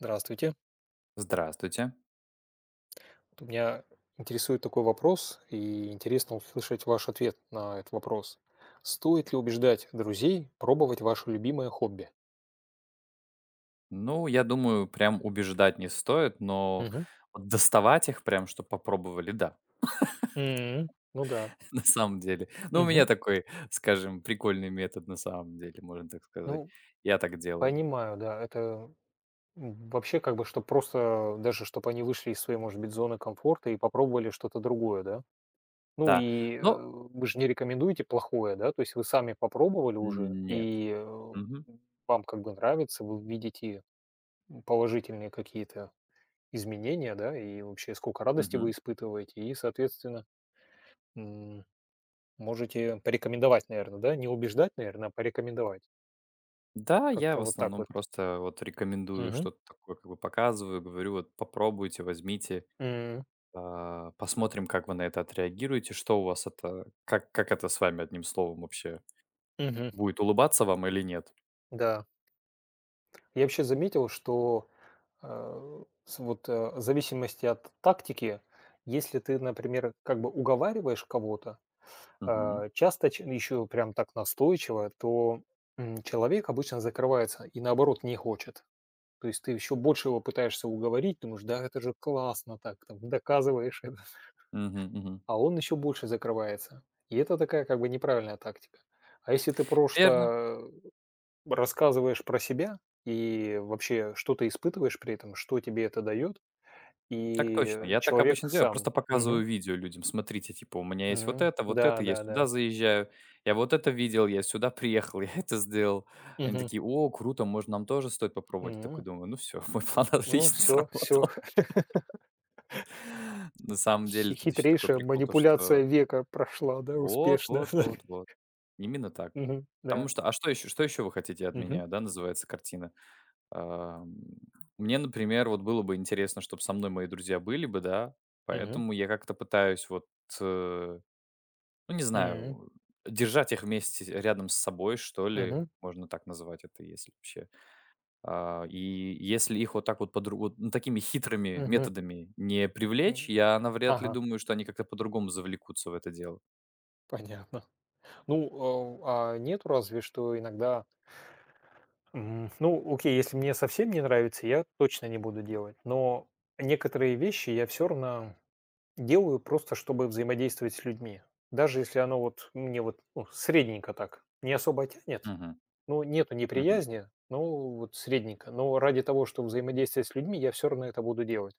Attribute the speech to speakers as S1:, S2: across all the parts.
S1: Здравствуйте.
S2: Здравствуйте.
S1: Вот меня интересует такой вопрос, и интересно услышать ваш ответ на этот вопрос. Стоит ли убеждать друзей пробовать ваше любимое хобби?
S2: Ну, я думаю, прям убеждать не стоит, но
S1: Мгм.
S2: вот доставать их прям, чтобы попробовали, да,
S1: Ну да.
S2: на самом деле. Ну, у
S1: Мгм.
S2: меня такой, скажем, прикольный метод на самом деле, можно так сказать.
S1: Ну,
S2: Я так делаю.
S1: понимаю, да. Это вообще как бы, что просто даже, чтобы они вышли из своей, может быть, зоны комфорта и попробовали что-то другое, да? Ну
S2: Да.
S1: и
S2: Но
S1: вы же не рекомендуете плохое, да? То есть вы сами попробовали уже,
S2: нет.
S1: и
S2: Мгм.
S1: вам как бы нравится, вы видите положительные какие-то изменения, да, и вообще сколько радости вы
S2: Мгм.
S1: испытываете, и, соответственно, м, можете порекомендовать, наверное, да? Не убеждать, наверное, а порекомендовать.
S2: Да, я
S1: Как-то
S2: в
S1: вот так
S2: основном
S1: вот.
S2: просто вот рекомендую
S1: Мгм.
S2: что-то такое, как бы показываю, говорю, вот попробуйте, возьмите,
S1: М,
S2: посмотрим, как вы на это отреагируете, что у вас это, как это с вами, одним словом, вообще
S1: мгм.
S2: будет улыбаться вам или нет.
S1: Да. Я вообще заметил, что, в зависимости от тактики, если ты, например, как бы уговариваешь кого-то,
S2: Мгм.
S1: часто еще прям так настойчиво, то, человек обычно закрывается и, наоборот, не хочет. То есть ты еще больше его пытаешься уговорить, думаешь: "Да, это же классно так", там доказываешь это,
S2: Мгм, мгм.
S1: а он еще больше закрывается. И это такая как бы неправильная тактика. А если ты
S2: Верно,
S1: просто рассказываешь про себя и вообще, что ты испытываешь при этом, что тебе это дает,
S2: так точно.
S1: и
S2: Я так
S1: человек
S2: обычно делаю,
S1: сам.
S2: просто показываю
S1: Мгм,
S2: видео людям. Смотрите, типа, у меня есть
S1: мгм.
S2: вот это, я сюда
S1: Да-да-да.
S2: заезжаю, я вот это видел, я сюда приехал, я это сделал. Они
S1: Мгм,
S2: такие, о, круто, может, нам тоже стоит попробовать. Я такой
S1: м.
S2: думаю, ну все, мой план
S1: Ну,
S2: отлично
S1: все
S2: сработал. На самом деле тут еще такой
S1: хитрейшая
S2: прикол, то что
S1: манипуляция века прошла, да,
S2: вот,
S1: успешно.
S2: вот,
S1: Да.
S2: вот, вот. Именно так.
S1: Мгм,
S2: Потому
S1: да.
S2: что, а что еще вы хотите от
S1: Мгм,
S2: меня, да, называется картина. Ам, Мне, например, вот было бы интересно, чтобы со мной мои друзья были бы, да,
S1: мгм,
S2: поэтому я как-то пытаюсь вот, э, ну, не
S1: м.
S2: знаю, держать их вместе рядом с собой, что ли,
S1: Мгм,
S2: можно так назвать это, если вообще. И если их вот так вот подру вот, ну, такими хитрыми
S1: мгм,
S2: методами не привлечь,
S1: м,
S2: я навряд ли
S1: ага,
S2: думаю, что они как-то по-другому завлекутся в это дело.
S1: понятно. Ну, а нету разве что иногда, ну, окей, если мне совсем не нравится, я точно не буду делать, но некоторые вещи я все равно делаю просто, чтобы взаимодействовать с людьми. Даже если оно вот мне вот, ну, средненько так, не особо тянет,
S2: Мгм,
S1: ну, нету
S2: мгм.
S1: неприязни, ну, вот средненько, но ради того, чтобы взаимодействовать с людьми, я все равно это буду делать.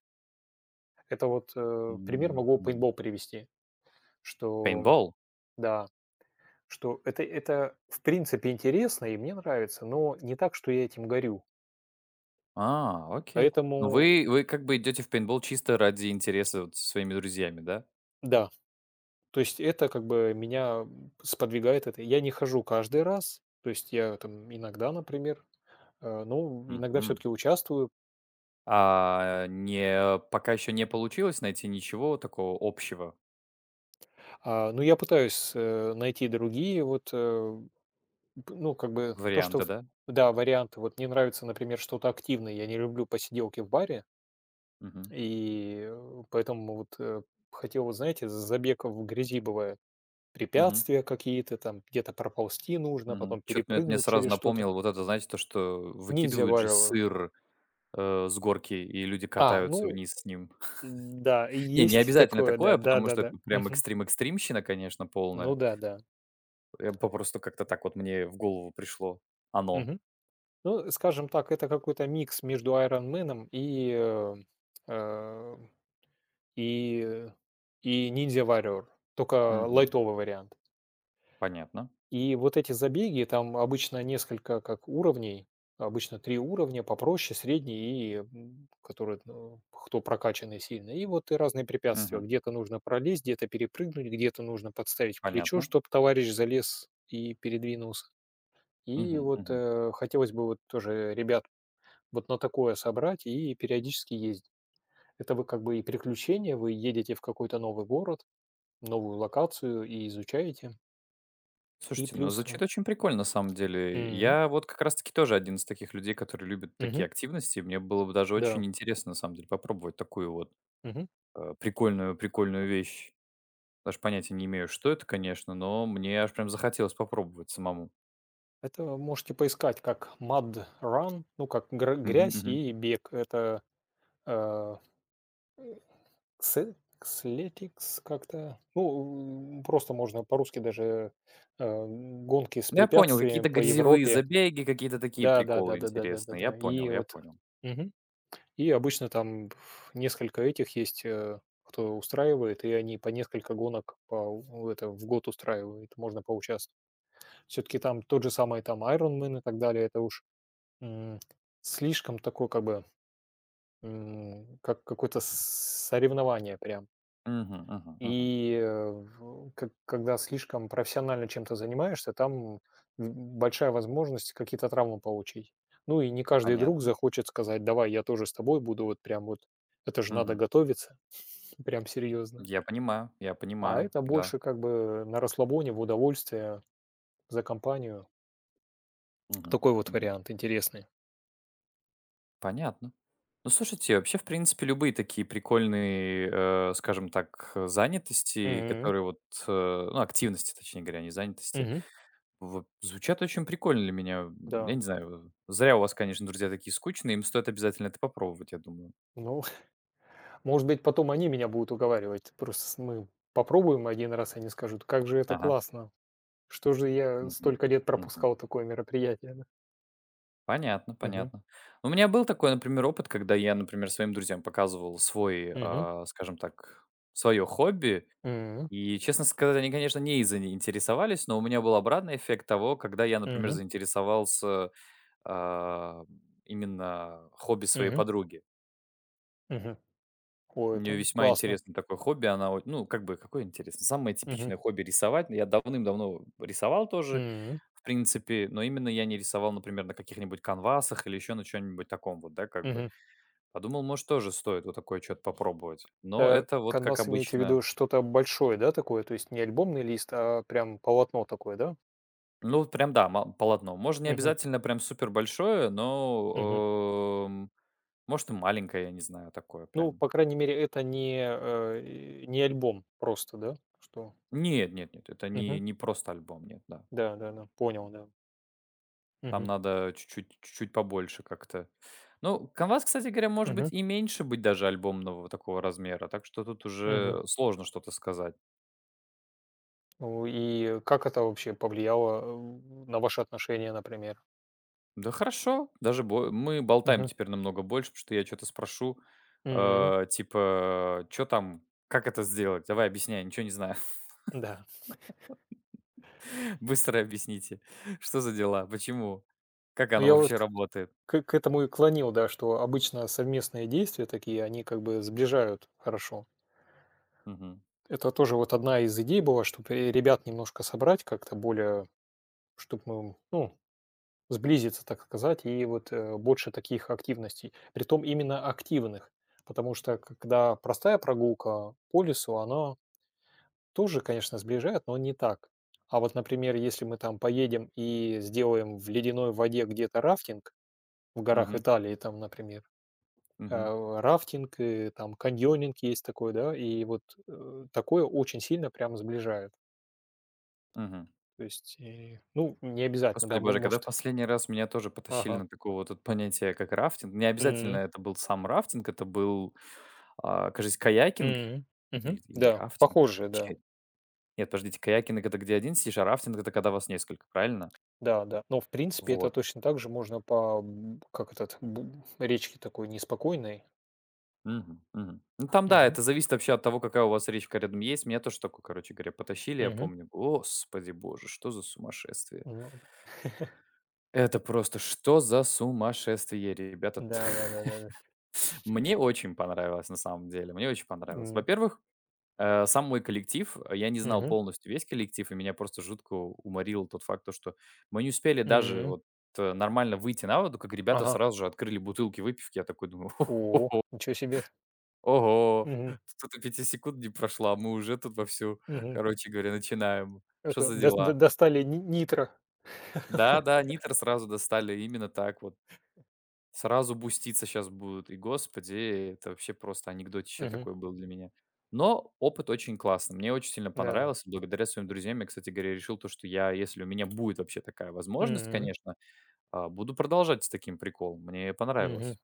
S1: Это вот, пример могу
S2: Мгм.
S1: пейнтбол привести, что
S2: Пейнтбол?
S1: да. Что это в принципе интересно и мне нравится, но не так, что я этим горю.
S2: А, окей. Ну,
S1: Поэтому
S2: вы как бы идете в пейнтбол чисто ради интереса вот со своими друзьями, да?
S1: да, то есть это как бы меня сподвигает это. Я не хожу каждый раз, то есть я там иногда, например, ну, иногда
S2: Мгм.
S1: все-таки участвую.
S2: А не пока еще не получилось найти ничего такого общего
S1: А, но я пытаюсь, найти другие вот, э, п ну, как бы то, что
S2: варианта,
S1: в,
S2: да?
S1: да, варианты. Вот мне нравится, например, что-то активное. Я не люблю посиделки в баре,
S2: Мгм.
S1: и, поэтому вот, хотел вот, знаете, забег в грязи бывает.
S2: Мгм.
S1: Препятствия какие-то, там где-то проползти нужно,
S2: Мгм.
S1: потом
S2: То мне
S1: перепрыгнуть
S2: сразу
S1: через что-то.
S2: напомнило вот это, знаете, то, что
S1: Ниндзя
S2: выкидывают же
S1: Warrior.
S2: сыр, с горки, и люди
S1: А,
S2: катаются
S1: ну
S2: вниз с ним.
S1: да,
S2: Не, не
S1: есть и
S2: обязательно
S1: такое, да,
S2: такое, потому что это
S1: да-да-да.
S2: прям
S1: Мгм.
S2: экстрим-экстримщина, конечно,
S1: Ну
S2: полная.
S1: да, да.
S2: Я попросту как-то так вот мне в голову пришло оно.
S1: Мгм. Ну, скажем так, это какой-то микс между Iron Маном и, э, и, и Ninja Warrior, только
S2: Мгм.
S1: лайтовый вариант.
S2: Понятно.
S1: И вот эти забеги, там обычно несколько как уровней, обычно 3 уровня, попроще, средний и, который, ну, кто прокачанный сильно. И вот и разные препятствия.
S2: Мгм.
S1: Где-то нужно пролезть, где-то перепрыгнуть, где-то нужно подставить плечо,
S2: Понятно.
S1: чтобы товарищ залез и передвинулся. И
S2: Мгм,
S1: вот
S2: мгм.
S1: хотелось бы вот тоже ребят вот на такое собрать и периодически ездить. Это вы как бы и приключения, вы едете в какой-то новый город, новую локацию и изучаете. И
S2: Слушайте, ну
S1: плюс.
S2: звучит очень прикольно на самом деле.
S1: Мгм,
S2: Я вот как раз-таки тоже один из таких людей, которые любят такие
S1: мгм,
S2: активности. Мне было бы даже
S1: да.
S2: очень интересно на самом деле попробовать такую вот
S1: Мгм.
S2: прикольную, прикольную вещь. Даже понятия не имею, что это, конечно, но мне аж прям захотелось попробовать самому.
S1: Это можете поискать как mud run, ну, как
S2: Мгм,
S1: грязь
S2: мгм.
S1: и бег. Это э, ксе- кслетикс как-то. Ну, просто можно по-русски даже, гонки с
S2: Ну, я понял, какие-то
S1: препятствиями по
S2: грязевые
S1: Европе.
S2: забеги, какие-то такие
S1: Да, да, да,
S2: приколы
S1: да, да, да, да,
S2: интересные. Я
S1: да.
S2: понял,
S1: И
S2: я
S1: вот.
S2: понял.
S1: Мгм. И обычно там, несколько этих есть, кто устраивает, и они по несколько гонок по, это, в год устраивают, можно поучаствовать. Все-таки там тот же самый там Ironman и так далее, это уж, М, слишком такой как бы, как какое-то соревнование прям.
S2: Мгм, мгм, мгм.
S1: И, э, в к когда слишком профессионально чем-то занимаешься, там, большая возможность какие-то травмы получить. Ну и не каждый друг
S2: Понятно.
S1: захочет сказать: "Давай, я тоже с тобой буду". Вот прям вот это же надо
S2: Мгм.
S1: готовиться, прям серьезно.
S2: Я
S1: А
S2: понимаю,
S1: это
S2: да.
S1: больше как бы на расслабоне, в удовольствие, за компанию.
S2: Мгм,
S1: Такой вот
S2: мгм.
S1: вариант интересный.
S2: Понятно. Ну, слушайте, вообще, в принципе, любые такие прикольные, скажем так, занятости,
S1: Мгм,
S2: которые вот, ну, активности, точнее говоря, не занятости,
S1: мгм,
S2: вот звучат очень прикольно для меня. Я
S1: да.
S2: не знаю, зря у вас, конечно, друзья такие скучные, им стоит обязательно это попробовать, я думаю.
S1: Ну, может быть, потом они меня будут уговаривать. Просто с мы попробуем один раз, они скажут: "Как же это
S2: Ага.
S1: классно! Что же я
S2: Мгм.
S1: столько лет
S2: Мгм.
S1: пропускал такое мероприятие?" Да.
S2: Понятно,
S1: Мгм,
S2: понятно. У меня был такой, например, опыт, когда я, например, своим друзьям показывал свой,
S1: мгм,
S2: скажем так, свое хобби.
S1: м,
S2: И, честно сказать, они, конечно, не заинтересовались, но у меня был обратный эффект того, когда я, например,
S1: мгм,
S2: заинтересовался, а, именно хобби своей
S1: мгм,
S2: подруги.
S1: мгм. О,
S2: У нее
S1: это
S2: весьма
S1: классно.
S2: интересное такое хобби. Она, вот, ну, как бы, какое интересное? Самое
S1: Мгм,
S2: типичное хобби — рисовать. Я давным-давно рисовал тоже,
S1: м,
S2: в принципе, но именно я не рисовал, например, на каких-нибудь канвасах или еще на чем-нибудь таком вот, да, как бы.
S1: мгм.
S2: Подумал, может, тоже стоит вот такое что-то попробовать. Но
S1: Это
S2: это вот как
S1: канвас, имеете в
S2: обычно.
S1: виду что-то большое, да, такое? То есть не альбомный лист, а прям полотно такое, да?
S2: Ну, вот прям, да, ма полотно. Можно не
S1: Мгм,
S2: обязательно прям супер большое,
S1: мгм.
S2: но, может, и маленькое, я не знаю, такое
S1: Ну,
S2: прям.
S1: по крайней мере, это не, не альбом просто, да? Что.
S2: Нет, это не
S1: Мгм.
S2: не просто альбом, нет, да.
S1: Да-да-да, понял, да.
S2: Там
S1: Мгм.
S2: надо чуть-чуть побольше как-то. Ну, канвас, кстати говоря, может быть
S1: Мгм,
S2: и меньше быть даже альбомного такого размера, так что тут
S1: мгм.
S2: уже сложно что-то сказать.
S1: Ну и как это вообще повлияло, на ваши отношения, например?
S2: Да хорошо, даже бо мы болтаем
S1: Мгм,
S2: теперь намного больше, потому что я что то спрошу,
S1: м,
S2: типа: что там? Как это сделать? Давай объясняй, ничего не знаю.
S1: да.
S2: Быстро объясните, что за дела, почему, как
S1: Ну
S2: оно
S1: я
S2: вообще
S1: вот
S2: работает?
S1: к этому и клонил, да, что обычно совместные действия такие, они как бы сближают хорошо.
S2: Мгм,
S1: Это тоже вот одна из идей была, чтоб, ребят немножко собрать как-то более, чтобы мы, ну, сблизиться, так сказать, и вот, больше таких активностей. Притом именно активных, потому что когда простая прогулка по лесу, она тоже, конечно, сближает, но не так. А вот, например, если мы там поедем и сделаем в ледяной воде где-то рафтинг в горах
S2: мгм,
S1: Италии, там, например,
S2: мгм,
S1: рафтинг, и там каньонинг есть такой, да, и вот, такое очень сильно прям сближает.
S2: мгм.
S1: То есть, и, ну, не обязательно,
S2: Господи
S1: да,
S2: боже, когда в
S1: может.
S2: последний раз меня тоже потащили
S1: Ага.
S2: на такое вот это понятие, как рафтинг, не обязательно
S1: Мгм.
S2: это был сам рафтинг, это был, кажись, каякинг
S1: Мгм. Мгм.
S2: или или
S1: Да,
S2: рафтинг.
S1: похожие, да.
S2: Че Нет, подождите, каякинг — это где один, сидишь, а рафтинг — это когда вас несколько, правильно?
S1: Да, да. Но в принципе это
S2: Вот.
S1: точно так же можно как этот речке такой неспокойной.
S2: Мгм, мгм. Ну, там, да,
S1: Мгм.
S2: это зависит вообще от того, какая у вас речка рядом есть. Меня тоже такое, короче говоря, потащили, я
S1: Мгм.
S2: помню. Господи боже, что за сумасшествие!
S1: Ну,
S2: Это просто что за сумасшествие, ребята!
S1: да, да, да, да, да.
S2: Мне очень понравилось, на самом деле. Мне очень понравилось.
S1: М,
S2: Во-первых, сам мой коллектив, я не знал
S1: мгм,
S2: полностью весь коллектив, и меня просто жутко уморил тот факт, то что мы не успели даже
S1: м,
S2: вот, нормально выйти на воду, как ребята
S1: ага.
S2: сразу же открыли бутылки выпивки. Я такой думаю:
S1: О, ничего себе.
S2: "Ого,
S1: Мгм,
S2: тут и пяти секунд не прошло, а мы уже тут вовсю,
S1: мгм.
S2: короче говоря, начинаем. Что
S1: Это
S2: за
S1: дос до
S2: дела?"
S1: достали ни нитро.
S2: Да-да, нитро сразу достали именно так вот. Сразу буститься сейчас будут. И, господи, это вообще просто анекдотище
S1: Мгм,
S2: такое было для меня. Но опыт очень классный. Мне очень сильно
S1: да.
S2: понравился. Благодаря своим друзьям я, кстати говоря, решил то, что я, если у меня будет вообще такая возможность,
S1: Мгм,
S2: конечно, буду продолжать с таким приколом. Мне
S1: мгм.
S2: понравилось.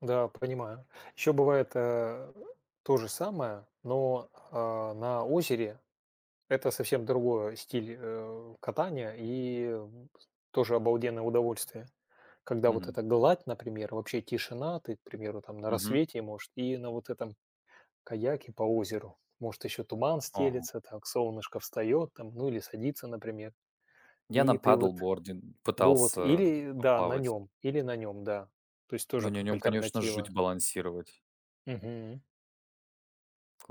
S1: Да, понимаю. Еще бывает, то же самое, но, на озере. Это совсем другой стиль, катания и, тоже обалденное удовольствие. Когда вот
S2: Мгм.
S1: эта гладь, например, вообще тишина, ты, к примеру, там на
S2: Мгм.
S1: рассвете, может, и на вот этом. Каяки по озеру. Может, еще туман
S2: Ага.
S1: стелется, так солнышко встает там, ну или садится, например.
S2: Я на
S1: И ты
S2: падлборде пытался
S1: или да, на
S2: поплавать,
S1: нем, или на нем, да. То есть
S2: но
S1: тоже
S2: на
S1: как
S2: нем, конечно, жуть
S1: альтернатива.
S2: балансировать.
S1: Мгм.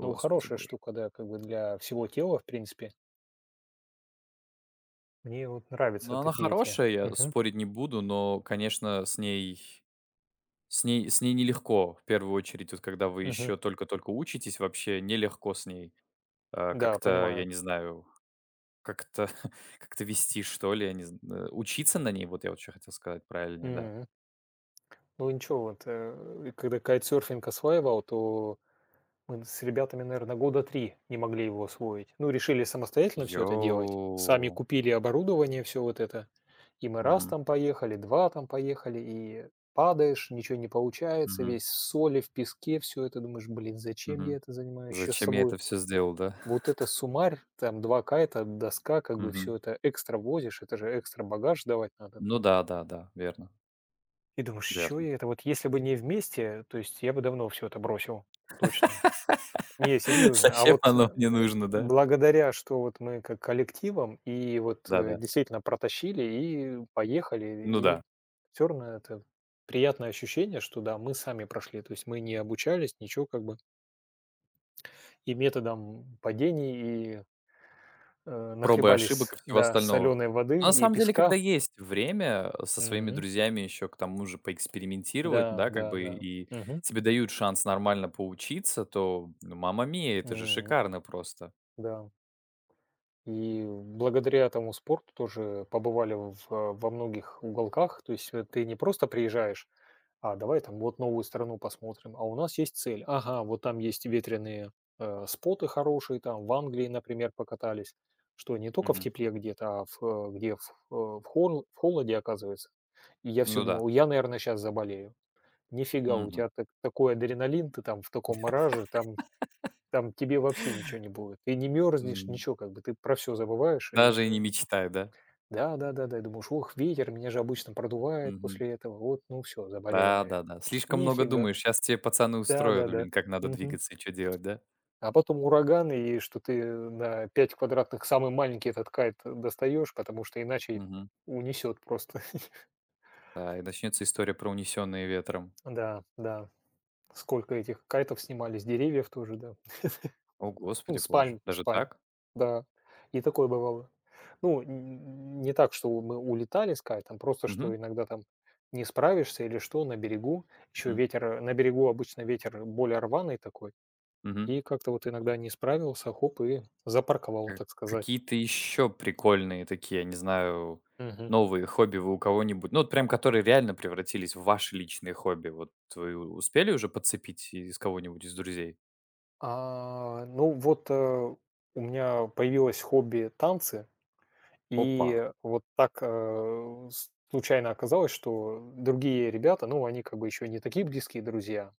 S1: Ну, хорошая
S2: боже.
S1: штука, да, как бы для всего тела, в принципе. Мне вот
S2: Ну,
S1: нравятся
S2: она
S1: такие эти.
S2: хорошая, я
S1: Мгм.
S2: спорить не буду, но, конечно, с ней с ней нелегко, в первую очередь, вот когда вы
S1: Мгм.
S2: еще только-только учитесь, вообще нелегко с ней,
S1: Да,
S2: как-то, я
S1: понимаю.
S2: не знаю, как-то как-то вести, что ли, я не зн э, учиться на ней, вот я вот чё хотел сказать правильнее, да.
S1: М. Ну, ничего, вот, когда кайтсерфинг осваивал, то мы с ребятами, наверное, года 3 не могли его освоить. Ну, решили самостоятельно все это делать. Сами
S2: Йоу.
S1: купили оборудование, все вот это. И мы раз
S2: Мгм,
S1: там поехали, 2 там поехали, и падаешь, ничего не получается,
S2: мгм,
S1: весь в соли, в песке, все это. Думаешь: "Блин, зачем я
S2: мгм.
S1: это занимаюсь?" Еще с
S2: Зачем я
S1: собой
S2: это все сделал, да?
S1: вот это суммарь, там 2 кайта, доска, как бы
S2: Мгм.
S1: все это экстра возишь, это же экстра багаж давать надо
S2: Ну
S1: там.
S2: да, да, да, верно,
S1: И думаешь: "Чё
S2: верно.
S1: я это?" Вот если бы не вместе, то есть я бы давно все это бросил, точно. Не, серьезно. А
S2: Зачем
S1: вот,
S2: оно мне нужно, да?
S1: благодаря, что вот мы как коллективом и вот,
S2: Да-да.
S1: действительно протащили и поехали,
S2: Ну
S1: и
S2: да.
S1: все равно это приятное ощущение, что да, мы сами прошли. То есть мы не обучались, ничего как бы, и методом падений, и,
S2: Проб и ошибок
S1: нахлебались,
S2: и всего
S1: да,
S2: остального.
S1: соленой
S2: Но на
S1: воды и
S2: самом деле,
S1: песка.
S2: когда есть время со своими
S1: Мгм.
S2: друзьями еще к тому же поэкспериментировать,
S1: Да,
S2: да, как
S1: да,
S2: бы
S1: да.
S2: и
S1: Мгм.
S2: тебе дают шанс нормально поучиться, то, ну, мамма миа, это же
S1: М.
S2: шикарно просто.
S1: Да. И благодаря тому спорту тоже побывали во многих уголках. То есть, ты не просто приезжаешь: "А, давай там вот новую страну посмотрим". А у нас есть цель. Ага, вот там есть ветреные, споты хорошие, там в Англии, например, покатались, что не только в
S2: Мгм.
S1: тепле где-то, а в, э, где в, э, в хол в холоде оказывается. И я все
S2: Ну да.
S1: думал: "Я, наверное, сейчас заболею". Нифига, у
S2: Мгм.
S1: тебя так такой адреналин, ты там в таком мараже, там там тебе вообще ничего не будет. Ты не мерзнешь,
S2: М.
S1: ничего, как бы ты про все забываешь
S2: Даже и не
S1: и
S2: мечтай, да?
S1: да-да-да-да, и думаешь: "Ох, ветер, меня же обычно продувает
S2: Мгм.
S1: после этого, вот, ну все, заболею, наверное".
S2: Да-да-да. Слишком много
S1: Нифига.
S2: думаешь. Сейчас тебе пацаны устроят,
S1: Да-да-да.
S2: блин, как надо
S1: Мгм.
S2: двигаться и что делать, да?
S1: А потом ураган, и что ты на 5 квадратных самый маленький этот кайт достаешь, потому что иначе
S2: Мгм.
S1: унесет просто.
S2: Да, и начнется история про "Унесенные ветром".
S1: Да, да. Сколько этих кайтов снимали с деревьев тоже, да.
S2: О, господи
S1: Ну,
S2: боже,
S1: спальм,
S2: даже
S1: спальм,
S2: так?
S1: да. И такое бывало. Ну, н не так, что мы улетали искать, там просто,
S2: Мгм,
S1: что иногда там не справишься или что на берегу. Еще
S2: мгм.
S1: ветер, на берегу обычно ветер более рваный такой, и как-то вот иногда не справился, хоп, и запарковал,
S2: Э,
S1: так сказать.
S2: Какие-то еще прикольные такие, я не знаю,
S1: Мгм.
S2: новые хобби вы у кого-нибудь, ну вот прям которые реально превратились в ваши личные хобби, вот вы успели уже подцепить из кого-нибудь из друзей?
S1: А, ну вот, у меня появилось хобби танцы,
S2: Опа,
S1: и вот так, э, с случайно оказалось, что другие ребята, ну, они как бы еще не такие близкие друзья.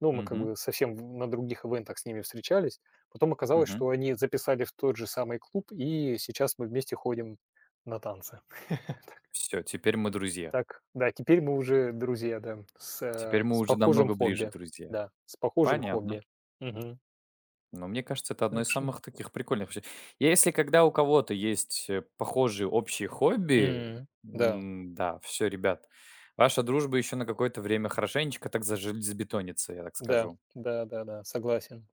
S1: Ну, мы как
S2: угу,
S1: бы совсем на других ивентах с ними встречались. Потом оказалось,
S2: угу.
S1: что они записали в тот же самый клуб, и сейчас мы вместе ходим на танцы.
S2: Все, теперь мы друзья.
S1: Так, да, теперь мы уже друзья, да, с,
S2: Теперь
S1: э,
S2: мы
S1: с
S2: уже
S1: похожим
S2: намного ближе
S1: хобби.
S2: друзья.
S1: Да, с похожим
S2: Понятно.
S1: хобби. Мгм.
S2: Но мне кажется, это одно из
S1: Так что,
S2: самых таких прикольных вообще. Я если когда у кого-то есть, похожие общие хобби,
S1: м, да,
S2: да, все, ребят, ваша дружба еще на какое-то время хорошенечко так зажельзобетонится, я так
S1: да,
S2: скажу.
S1: да-да-да, согласен.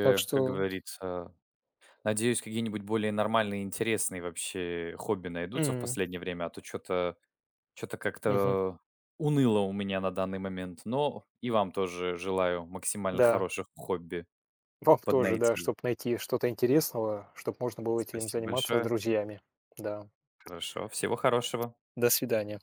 S1: Так
S2: как
S1: что,
S2: говорится, надеюсь, какие-нибудь более нормальные, интересные вообще хобби найдутся в
S1: м,
S2: последнее время, а то что то что то
S1: мгм,
S2: как-то уныло у меня на данный момент. Но и вам тоже желаю максимально
S1: да,
S2: хороших хобби
S1: вам тоже, да,
S2: поднайти.
S1: чтобы найти что-то интересного, чтобы можно было этим
S2: Спасибо
S1: заниматься с
S2: большое.
S1: друзьями. Да.
S2: Хорошо, всего хорошего.
S1: До свидания.